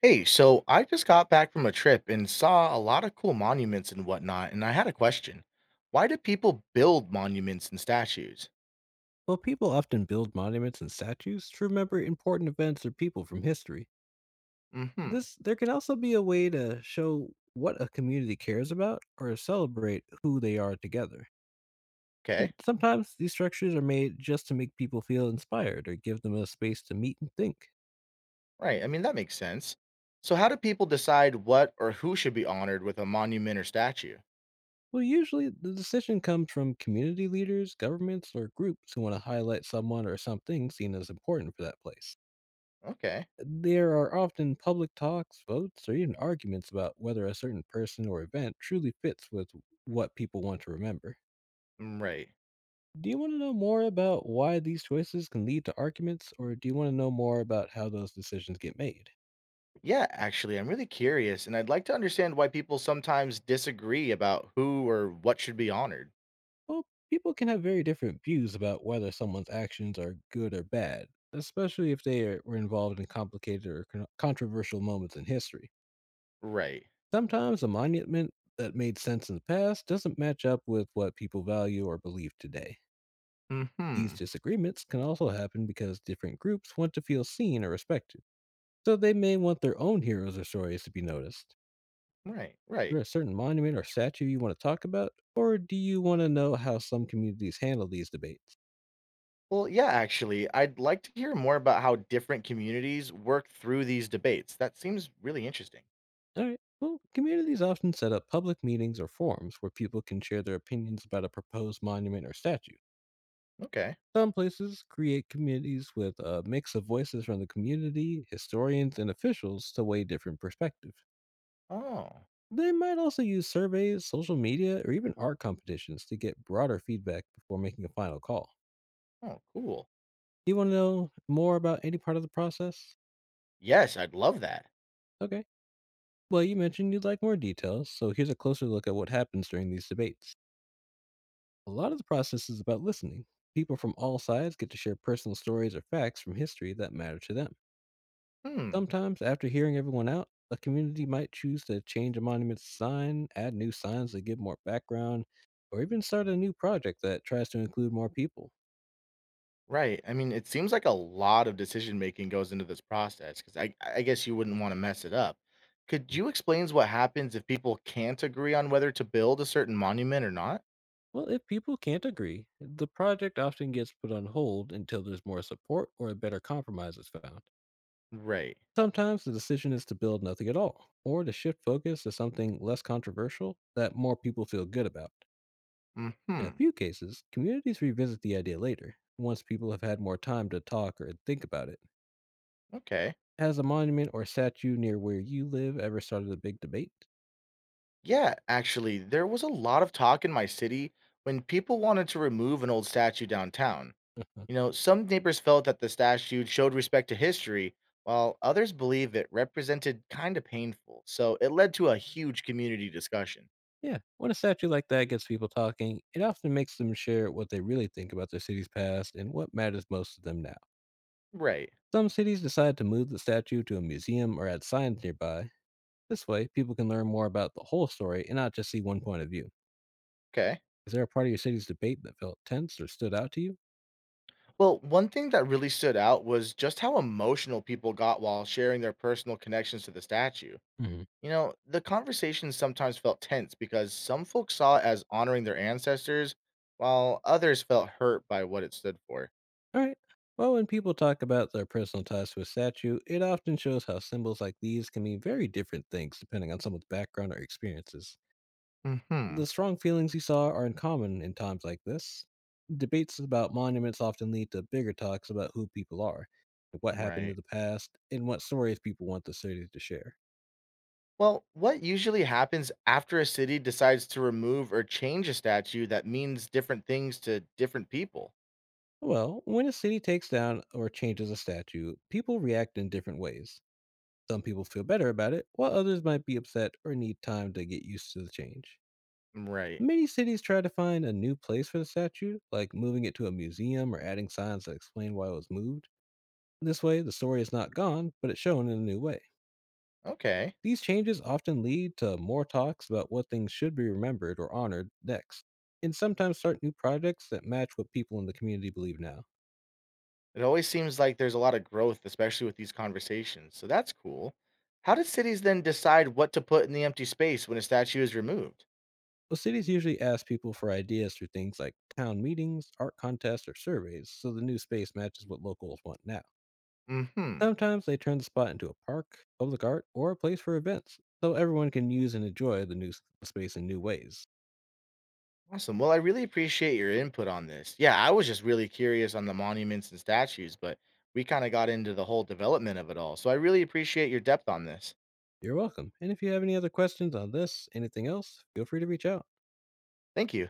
Hey, so I just got back from a trip and saw a lot of cool monuments and whatnot, and I had a question. Why do people build monuments and statues? While people often build monuments and statues to remember important events or people from history, Hmm. this there can also be a way to show what a community cares about or celebrate who they are together. And Okay. sometimes these structures are made just to make people feel inspired or give them a space to meet and think. Right. That makes sense. So how do people decide what or who should be honored with a monument or statue? Well, usually the decision comes from community leaders, governments, or groups who want to highlight someone or something seen as important for that place. Okay. There are often public talks, votes, or even arguments about whether a certain person or event truly fits with what people want to remember. Mm, right. Do you want to know more about why these choices can lead to arguments, or do you want to know more about how those decisions get made? Yeah, actually, I'm really curious, and I'd like to understand why people sometimes disagree about who or what should be honored. Well, people can have very different views about whether someone's actions are good or bad, especially if were involved in complicated or controversial moments in history. Right. Sometimes a monument that made sense in the past doesn't match up with what people value or believe today. These Hmm. disagreements can also happen because different groups want to feel seen or respected, so they may want their own heroes or stories to be noticed. Right, Is right. there a certain monument or statue you want to talk about, or do you want to know how some communities handle these debates? Well, yeah, actually, I'd like to hear more about how different communities work through these debates. That seems really interesting. All right. Well, communities often set up public meetings or forums where people can share their opinions about a proposed monument or statue. Okay. Some places create communities with a mix of voices from the community, historians, and officials to weigh different perspectives. Oh, They might also use surveys, social media, or even art competitions to get broader feedback before making a final call. oh, cool. Do you want to know more about any part of the process? Yes, I'd love that. Okay. Well, you mentioned you'd like more details, so here's a closer look at what happens during these debates. A lot of the process is about listening. People from all sides get to share personal stories or facts from history that matter to them. Hmm. Sometimes, after hearing everyone out, a community might choose to change a monument's sign, add new signs that give more background, or even start a new project that tries to include more people. Right. It seems like a lot of decision making goes into this process because I guess you wouldn't want to mess it up. Could Mm. you explain what happens if people can't agree on whether to build a certain monument or not? Well, if people can't agree, the project often gets put on hold until there's more support or a better compromise is found. Right. Sometimes the decision is to build nothing at all, or to shift focus to something less controversial that more people feel good about. In a Hmm. few cases, communities revisit the idea later, once people have had more time to talk or think about it. Okay. Has a monument or statue near where you live ever started a big debate? Yeah, actually, there was a lot of talk in my city when people wanted to remove an old statue downtown. Some neighbors felt that the statue showed respect to history, while others believed it represented kind of painful. So it led to a huge community discussion. Yeah, when a statue like that gets people talking, it often makes them share what they really think about their city's past and what matters most to them now. Right. Some cities decide to move the statue to a museum or add signs nearby. This way, people can learn more about the whole story and not just see one point of view. Okay. Is there a part of your city's debate that felt tense or stood out to you? Well, one thing that really stood out was just how emotional people got while sharing their personal connections to the statue. Hmm. The conversation sometimes felt tense because some folks saw it as honoring their ancestors, while others felt hurt by what it stood for. All right. Well, when people talk about their personal ties to a statue, it often shows how symbols like these can mean very different things depending on someone's background or experiences. Hmm. The strong feelings you saw are uncommon in times like this. Debates about monuments often lead to bigger talks about who people are, what happened in Right. the past, and what stories people want the city to share. Well, what usually happens after a city decides to remove or change a statue that means different things to different people? Well, when a city takes down or changes a statue, people react in different ways. Some people feel better about it, while others might be upset or need time to get used to the change. Right. Many cities try to find a new place for the statue, like moving it to a museum or adding signs that explain why it was moved. This way, the story is not gone, but it's shown in a new way. Okay. These changes often lead to more talks about what things should be remembered or honored next, and sometimes start new projects that match what people in the community believe now. It always seems like there's a lot of growth, especially with these conversations. So that's cool. How did cities then decide what to put in the empty space when a statue is removed? Well, cities usually ask people for ideas through things like town meetings, art contests, or surveys, so the new space matches what locals want now. Hmm. Sometimes they turn the spot into a park, public art, or a place for events, so everyone can use and enjoy the new space in new ways. Awesome. Well, I really appreciate your input on this. Yeah, I was just really curious on the monuments and statues, but we kind of got into the whole development of it all. So I really appreciate your depth on this. You're welcome. And if you have any other questions on this, anything else, feel free to reach out. Thank you.